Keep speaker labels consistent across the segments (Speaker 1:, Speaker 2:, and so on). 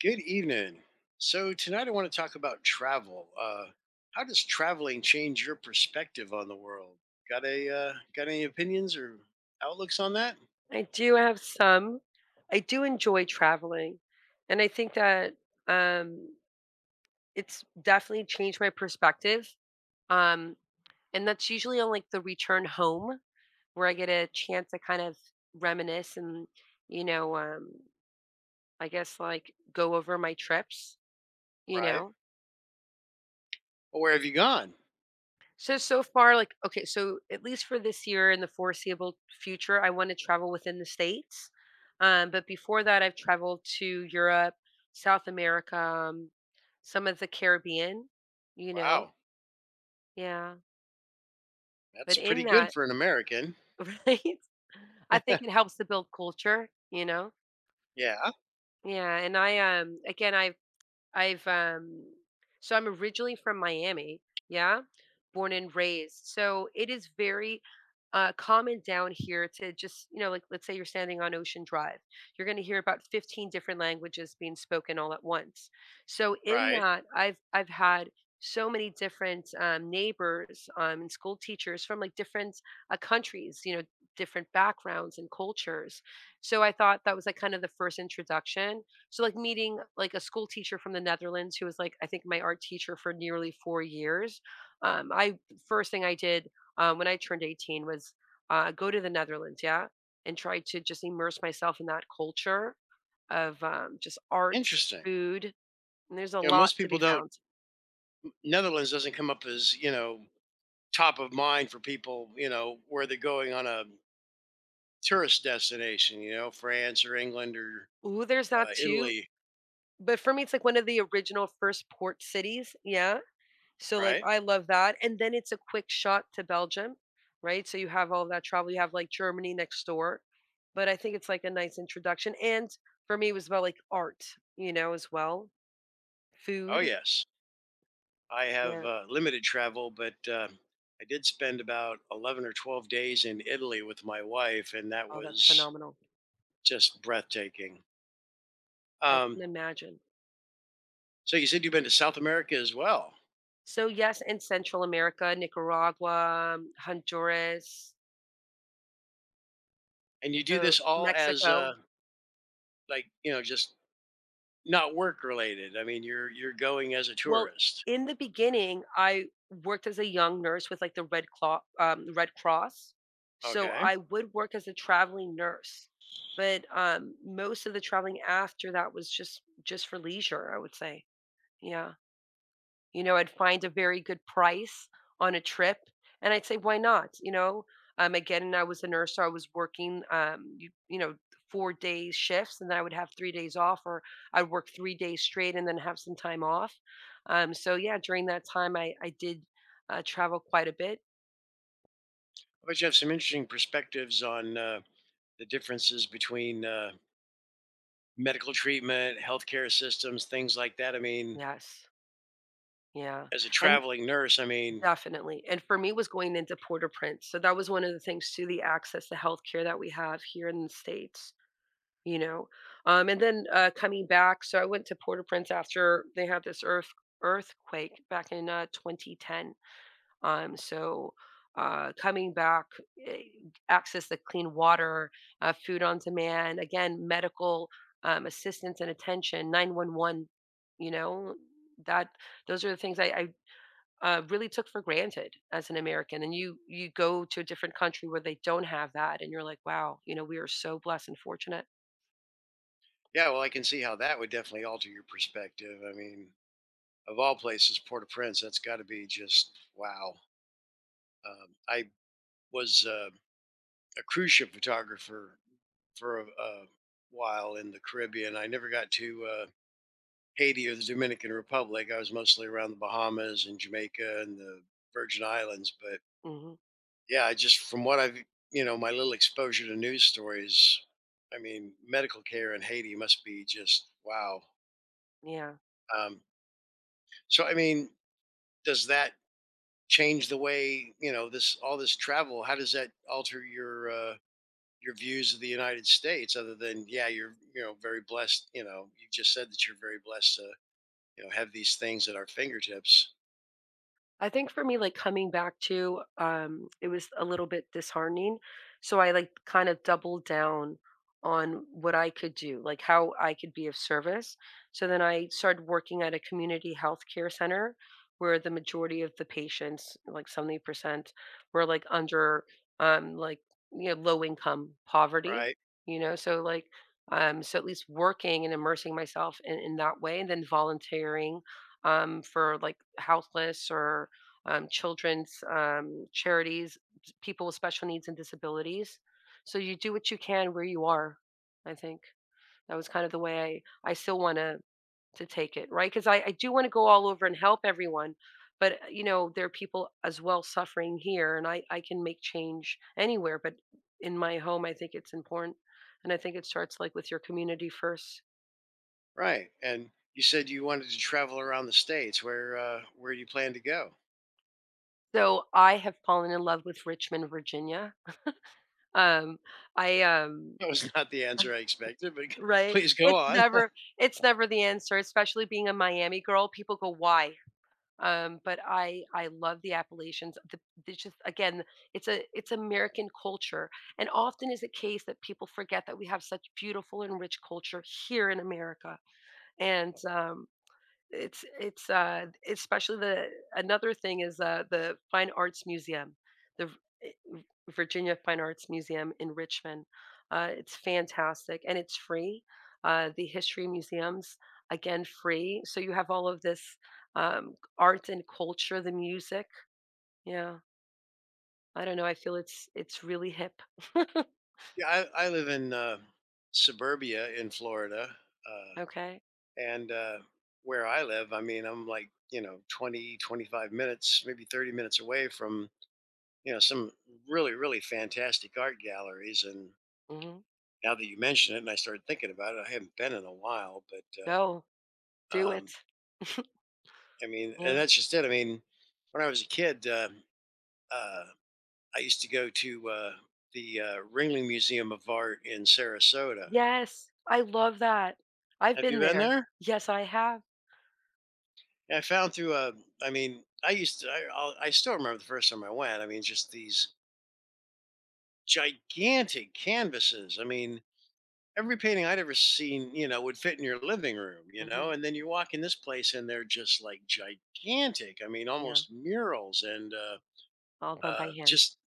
Speaker 1: Good evening. So tonight I want to talk about travel. How does traveling change your perspective on the world? Got a got any opinions or outlooks on that?
Speaker 2: I do have some. I do enjoy traveling, and I think that, um, it's definitely changed my perspective, um, and that's usually on, like, the return home where I get a chance to kind of reminisce and, you know, um, I guess, like, go over my trips, you
Speaker 1: Right.
Speaker 2: know?
Speaker 1: Well, where have you gone?
Speaker 2: So far, like, okay, so at least for this year in the foreseeable future, I want to travel within the States. But before that, I've traveled to Europe, South America, some of the Caribbean, you know?
Speaker 1: Wow,
Speaker 2: Yeah.
Speaker 1: that's
Speaker 2: But
Speaker 1: pretty
Speaker 2: in
Speaker 1: good
Speaker 2: that,
Speaker 1: for an American.
Speaker 2: right? I think it helps to build culture, you know?
Speaker 1: Yeah.
Speaker 2: Yeah. And I, again, I've so I'm originally from Miami, yeah, born and raised. So it is very common down here to just, you know, like let's say you're standing on Ocean Drive, you're going to hear about 15 different languages being spoken all at once. So in
Speaker 1: Right.
Speaker 2: that, I've had so many different neighbors, and school teachers from like different countries, you know, different backgrounds and cultures. So I thought that was like kind of the first introduction so like meeting like a school teacher from the Netherlands who was like I think my art teacher for nearly 4 years. I first thing I did, when I turned 18 was, go to the Netherlands, yeah, and try to just immerse myself in that culture of, just arts,
Speaker 1: Interesting.
Speaker 2: food, and there's a
Speaker 1: You know,
Speaker 2: lot
Speaker 1: most
Speaker 2: to
Speaker 1: people
Speaker 2: be
Speaker 1: don't.
Speaker 2: found.
Speaker 1: Netherlands doesn't come up as top of mind for people. You know where they're going on a tourist destination. You know, France or England or
Speaker 2: Ooh, there's that too,
Speaker 1: Italy.
Speaker 2: but for me, it's like one of the original first port cities, yeah. So, like,
Speaker 1: Right.
Speaker 2: I love that, and then it's a quick shot to Belgium, right? So you have all that travel, you have, like, Germany next door, but I think it's, like, a nice introduction, and for me, it was about, like, art, you know, as well,
Speaker 1: Oh
Speaker 2: food,
Speaker 1: yes. I have
Speaker 2: yeah.
Speaker 1: limited travel, but I did spend about 11 or 12 days in Italy with my wife, and that
Speaker 2: Oh, that's
Speaker 1: was
Speaker 2: phenomenal.
Speaker 1: just breathtaking.
Speaker 2: I can
Speaker 1: Um,
Speaker 2: imagine.
Speaker 1: so you said you've been to South America as well,
Speaker 2: So, yes, in Central America, Nicaragua, Honduras,
Speaker 1: and you do this all as
Speaker 2: Mexico.
Speaker 1: like just not work related. I mean, you're going as a
Speaker 2: Well,
Speaker 1: tourist.
Speaker 2: in the beginning, I worked as a young nurse with like the Red Claw, the Red Cross. So
Speaker 1: Okay,
Speaker 2: I would work as a traveling nurse, but most of the traveling after that was just for leisure, I would say. Yeah. You know, I'd find a very good price on a trip, and I'd say, "Why not?" You know, again, I was a nurse, so I was working, you know, four-day shifts, and then I would have 3 days off, or I'd work 3 days straight and then have some time off. So yeah, during that time, I did travel quite a bit.
Speaker 1: but you have some interesting perspectives on the differences between medical treatment, healthcare systems, things like that. I mean,
Speaker 2: Yes, yeah,
Speaker 1: as a
Speaker 2: and
Speaker 1: traveling nurse, I mean,
Speaker 2: definitely. And for me, it was going into Port-au-Prince, so that was one of the things too, the access to healthcare that we have here in the states. You know? And then, coming back, so I went to Port-au-Prince after they had this earthquake back in, 2010. Um, so, Coming back, eh, access to clean water, food on demand, again, medical, assistance and attention, 911, you know? That those are the things I really took for granted as an American, and you go to a different country where they don't have that, and you're like, "Wow," you know, "we are so blessed and fortunate."
Speaker 1: yeah, well, I can see how that would definitely alter your perspective. I mean, of all places, Port-au-Prince, that's got to be just wow. I was a cruise ship photographer for a while in the Caribbean. I never got to Haiti or the Dominican Republic. I was mostly around the Bahamas and Jamaica and the Virgin Islands. But
Speaker 2: Mhm.
Speaker 1: yeah, I just from what I've, my little exposure to news stories, I mean, medical care in Haiti must be just wow.
Speaker 2: Yeah.
Speaker 1: Um, so, I mean, does that change the way this, all this travel, how does that alter your views of the United States, other than, yeah, you're very blessed. You just said that you're very blessed to have these things at our fingertips.
Speaker 2: I think for me, like coming back to, it was a little bit disheartening. So I like kind of doubled down on what I could do, like how I could be of service. So then I started working at a community healthcare center where the majority of the patients, like 70%, were like under um like you know, low income poverty,
Speaker 1: Right.
Speaker 2: you know. So so at least working and immersing myself in that way, and then volunteering for like houseless or children's charities, people with special needs and disabilities. So you do what you can where you are. I think that was kind of the way I still want to take it, right? Because I do want to go all over and help everyone, but you know, there are people as well suffering here, and I can make change anywhere, but in my home I think it's important, and I think it starts like with your community first.
Speaker 1: Right. And you said you wanted to travel around the states. Where where do you plan to go?
Speaker 2: So I have fallen in love with Richmond, Virginia. Um, I
Speaker 1: That was not the answer I expected, but
Speaker 2: Right?
Speaker 1: please go
Speaker 2: It's
Speaker 1: on.
Speaker 2: never it's never the answer, especially being a Miami girl. People go, "Why?" But I love the Appalachians. The Just again, it's a it's American culture, and often is a case that people forget that we have such beautiful and rich culture here in America. And it's especially the another thing is the Fine Arts Museum. The eh, Virginia Fine Arts Museum in Richmond. It's fantastic and it's free. The history museums, again, free. So you have all of this art and culture, the music. Yeah, I don't know. I feel it's really hip.
Speaker 1: Yeah, I live in suburbia in Florida. uh
Speaker 2: Okay,
Speaker 1: and uh, where I live, I mean, I'm like 20 25 minutes, maybe 30 minutes away from some really, really fantastic art galleries. And
Speaker 2: hmm,
Speaker 1: now that you mention it and I started thinking about it, I haven't been in a while. But
Speaker 2: go
Speaker 1: uh,
Speaker 2: do
Speaker 1: um,
Speaker 2: it.
Speaker 1: I mean, and
Speaker 2: Yeah.
Speaker 1: that's just it. I mean, when I was a kid uh, I used to go to the Ringling Museum of Art in Sarasota.
Speaker 2: Yes, I love that. I've
Speaker 1: Have you
Speaker 2: been
Speaker 1: been
Speaker 2: there.
Speaker 1: there?
Speaker 2: Yes, I have.
Speaker 1: I found through a I mean, I used to, I, I'll, I still remember the first time I went. I mean, just these gigantic canvases. I mean, every painting I'd ever seen, would fit in your living room,
Speaker 2: Hmm.
Speaker 1: and then you walk in this place and they're just like gigantic. I mean,
Speaker 2: Yeah,
Speaker 1: almost murals, and
Speaker 2: all done by hand.
Speaker 1: just,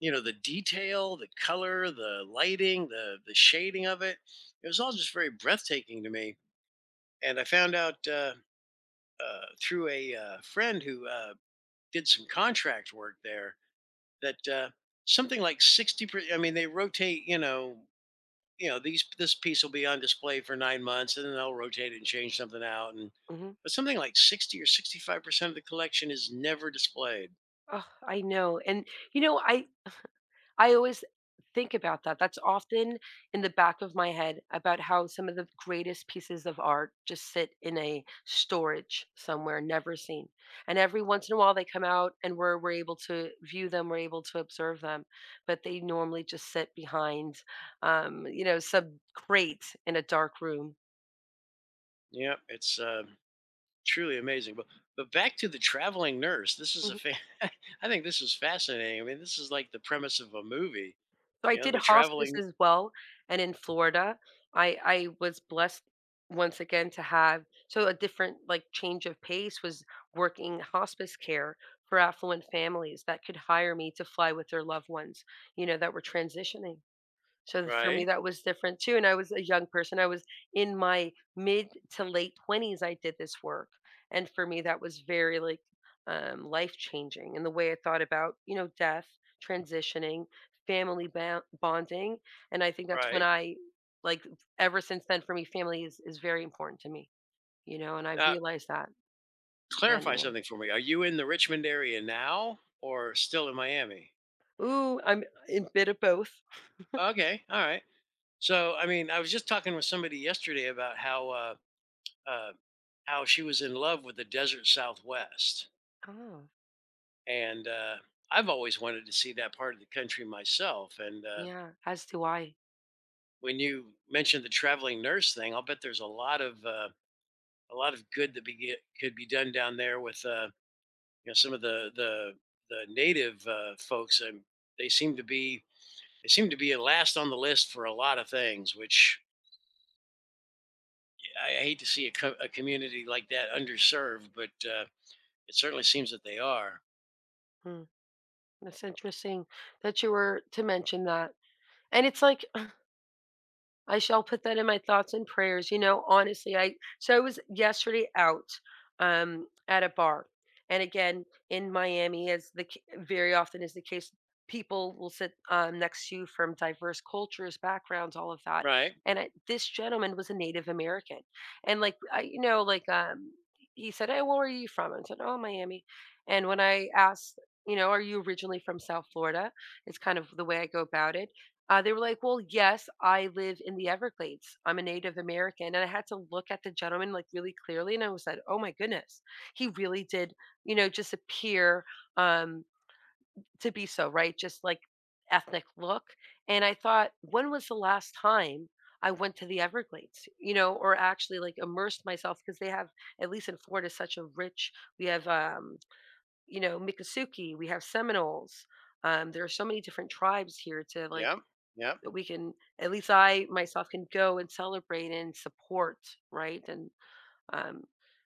Speaker 1: the detail, the color, the lighting, the shading of it. It was all just very breathtaking to me. And I found out through a friend who did some contract work there that something like 60%, I mean they rotate, you know these this piece will be on display for 9 months and then they'll rotate it and change something out. And
Speaker 2: Hmm.
Speaker 1: but something like 60 or 65% of the collection is never displayed.
Speaker 2: Oh, I know. And you know, I always think about that. That's often in the back of my head about how some of the greatest pieces of art just sit in a storage somewhere, never seen. And every once in a while they come out and we're able to view them, we're able to observe them, but they normally just sit behind, you know, some crate in a dark room.
Speaker 1: Yeah, it's truly amazing. But back to the traveling nurse, this is a fa- I think this is fascinating. I mean, this is like the premise of a movie,
Speaker 2: So I did
Speaker 1: the
Speaker 2: hospice
Speaker 1: traveling.
Speaker 2: as well, and in Florida, I was blessed once again to have so a different like change of pace was working hospice care for affluent families that could hire me to fly with their loved ones, you know, that were transitioning. So for me,
Speaker 1: Right.
Speaker 2: that was different too. And I was a young person. I was in my mid to late 20s. I did this work. And for me, that was very like life changing in the way I thought about, you know, death, transitioning, family bonding. And I think that's when
Speaker 1: Right.
Speaker 2: I like ever since then for me, family is very important to me, you know, and I've
Speaker 1: Now,
Speaker 2: realized that then,
Speaker 1: clarify
Speaker 2: you
Speaker 1: something for me. Are you in the Richmond area now, or still in Miami?
Speaker 2: know, ooh, I'm in bit of both.
Speaker 1: Okay, all right. So I mean, I was just talking with somebody yesterday about uh, how she was in love with the desert Southwest,
Speaker 2: Oh,
Speaker 1: and I've always wanted to see that part of the country myself. And
Speaker 2: yeah, as do I.
Speaker 1: when you mentioned the traveling nurse thing, I'll bet there's a lot of good could be done down there with you know, some of the native folks. And they seem to be they seem to be last on the list for a lot of things, which I hate to see a community like that underserved, but it certainly seems that they are.
Speaker 2: Hmm. That's interesting that you were to mention that. And it's like, I shall put that in my thoughts and prayers, you know, honestly, I so I was yesterday out, at a bar. And again, in Miami, as very often is the case, people will sit next to you from diverse cultures, backgrounds, all of that.
Speaker 1: Right?
Speaker 2: And I, this gentleman was a Native American, and like I, you know, like he said, "Hey, where are you from?" And I said, "Oh, Miami." And when I asked, you know, "Are you originally from South Florida?" It's kind of the way I go about it, they were like, "Well, yes, I live in the Everglades. I'm a Native American." And I had to look at the gentleman like really clearly, and I was like, "Oh my goodness, he really did, you know, just appear um, to be so right, just like ethnic look." And I thought, when was the last time I went to the Everglades, you know, or actually like immersed myself because they have, at least in Florida, such a rich. We have, you know, Miccosukee. We have Seminoles. There are so many different tribes here to like
Speaker 1: Yeah. Yeah.
Speaker 2: that we can at least I myself can go and celebrate and support, right? And um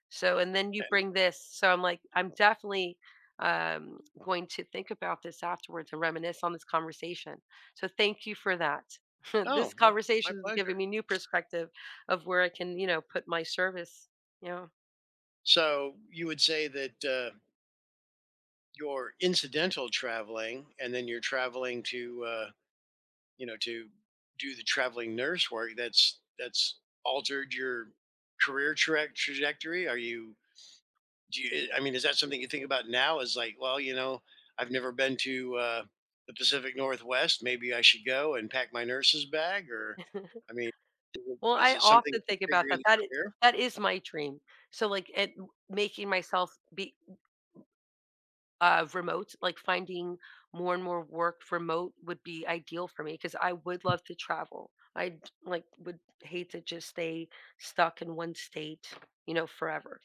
Speaker 2: so and then you
Speaker 1: And
Speaker 2: bring this, so I'm like, I'm definitely going to think about this afterwards and reminisce on this conversation, so thank you for that.
Speaker 1: oh,
Speaker 2: This
Speaker 1: well, my
Speaker 2: conversation is giving
Speaker 1: pleasure.
Speaker 2: me new perspective of where I can, you know, put my service, you know.
Speaker 1: So you would say that your incidental traveling, and then you're traveling to, to do the traveling nurse work. That's altered your career trajectory. Are you? Do you? I mean, is that something you think about now? Is like, well, I've never been to the Pacific Northwest. Maybe I should go and pack my nurse's bag. Or, I mean, is it
Speaker 2: Well,
Speaker 1: is
Speaker 2: I
Speaker 1: it something
Speaker 2: often
Speaker 1: you
Speaker 2: think
Speaker 1: figure
Speaker 2: about
Speaker 1: in
Speaker 2: that,
Speaker 1: your career?
Speaker 2: that is my dream, so like it, making myself be, remote, like finding more and more work remote would be ideal for me because I would love to travel. I like would hate to just stay stuck in one state, you know, forever.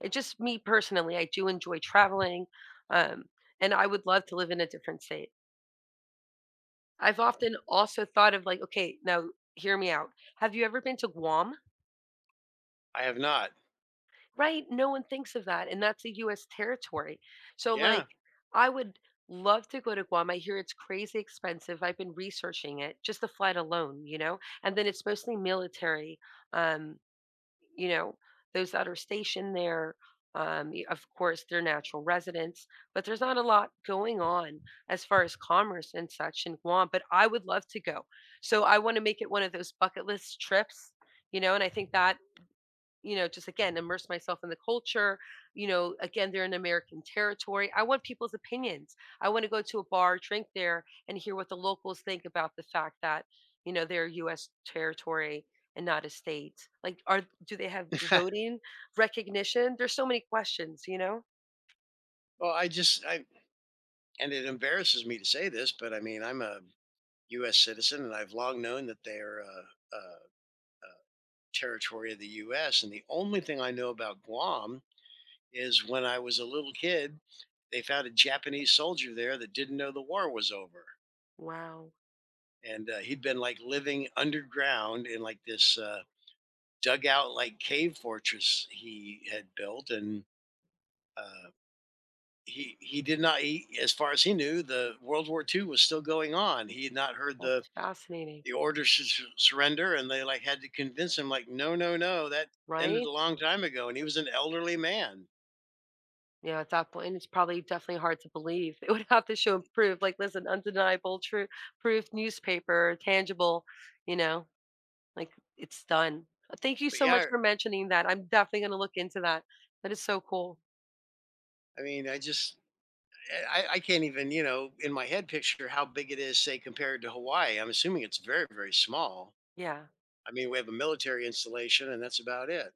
Speaker 2: It just me personally, I do enjoy traveling, um, and I would love to live in a different state. I've often also thought of like, okay, now hear me out. Have you ever been to Guam?
Speaker 1: I have not.
Speaker 2: Right, no one thinks of that, and that's a US territory. So,
Speaker 1: Yeah.
Speaker 2: like, I would love to go to Guam. I hear it's crazy expensive. I've been researching it, just the flight alone, you know? And then it's mostly military. Um, you know, those that are stationed there, of course, they're natural residents, but there's not a lot going on as far as commerce and such in Guam, but I would love to go. So I want to make it one of those bucket list trips, you know, and I think that, you know, just again, immerse myself in the culture. You know, again, they're in American territory. I want people's opinions. I want to go to a bar, drink there, and hear what the locals think about the fact that, you know, they're U.S. territory and not a state. Like, are do they have voting recognition? There's so many questions, you know?
Speaker 1: Well, I just I, and it embarrasses me to say this, but I mean, I'm a U.S. citizen, and I've long known that they are a territory of the U.S. And the only thing I know about Guam is when I was a little kid, they found a Japanese soldier there that didn't know the war was over,
Speaker 2: Wow,
Speaker 1: and he'd been like living underground in like this dugout like cave fortress he had built. And uh, he did not he, as far as he knew, the World War II was still going on. He had not heard the
Speaker 2: that's fascinating,
Speaker 1: order to surrender. And they like had to convince him like, no, no, no, that ended a
Speaker 2: right?
Speaker 1: long time ago. And he was an elderly man.
Speaker 2: Yeah, at that point, it's probably definitely hard to believe. It would have to show and prove, like, listen, undeniable, true proof, newspaper, tangible, you know? Like, it's done. Thank you
Speaker 1: But
Speaker 2: so
Speaker 1: yeah,
Speaker 2: much for mentioning that. I'm definitely gonna look into that. That is so cool.
Speaker 1: I mean, I can't even in my head picture how big it is, say, compared to Hawaii. I'm assuming it's very, very small.
Speaker 2: Yeah.
Speaker 1: I mean, we have a military installation, and that's about it.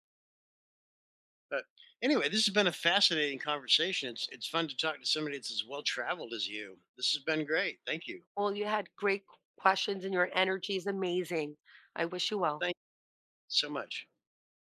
Speaker 1: But anyway, this has been a fascinating conversation. It's fun to talk to somebody that's as well traveled as you. This has been great. Thank you.
Speaker 2: Well, you had great questions and your energy is amazing. I wish you
Speaker 1: Well,
Speaker 2: well.
Speaker 1: thank you so much.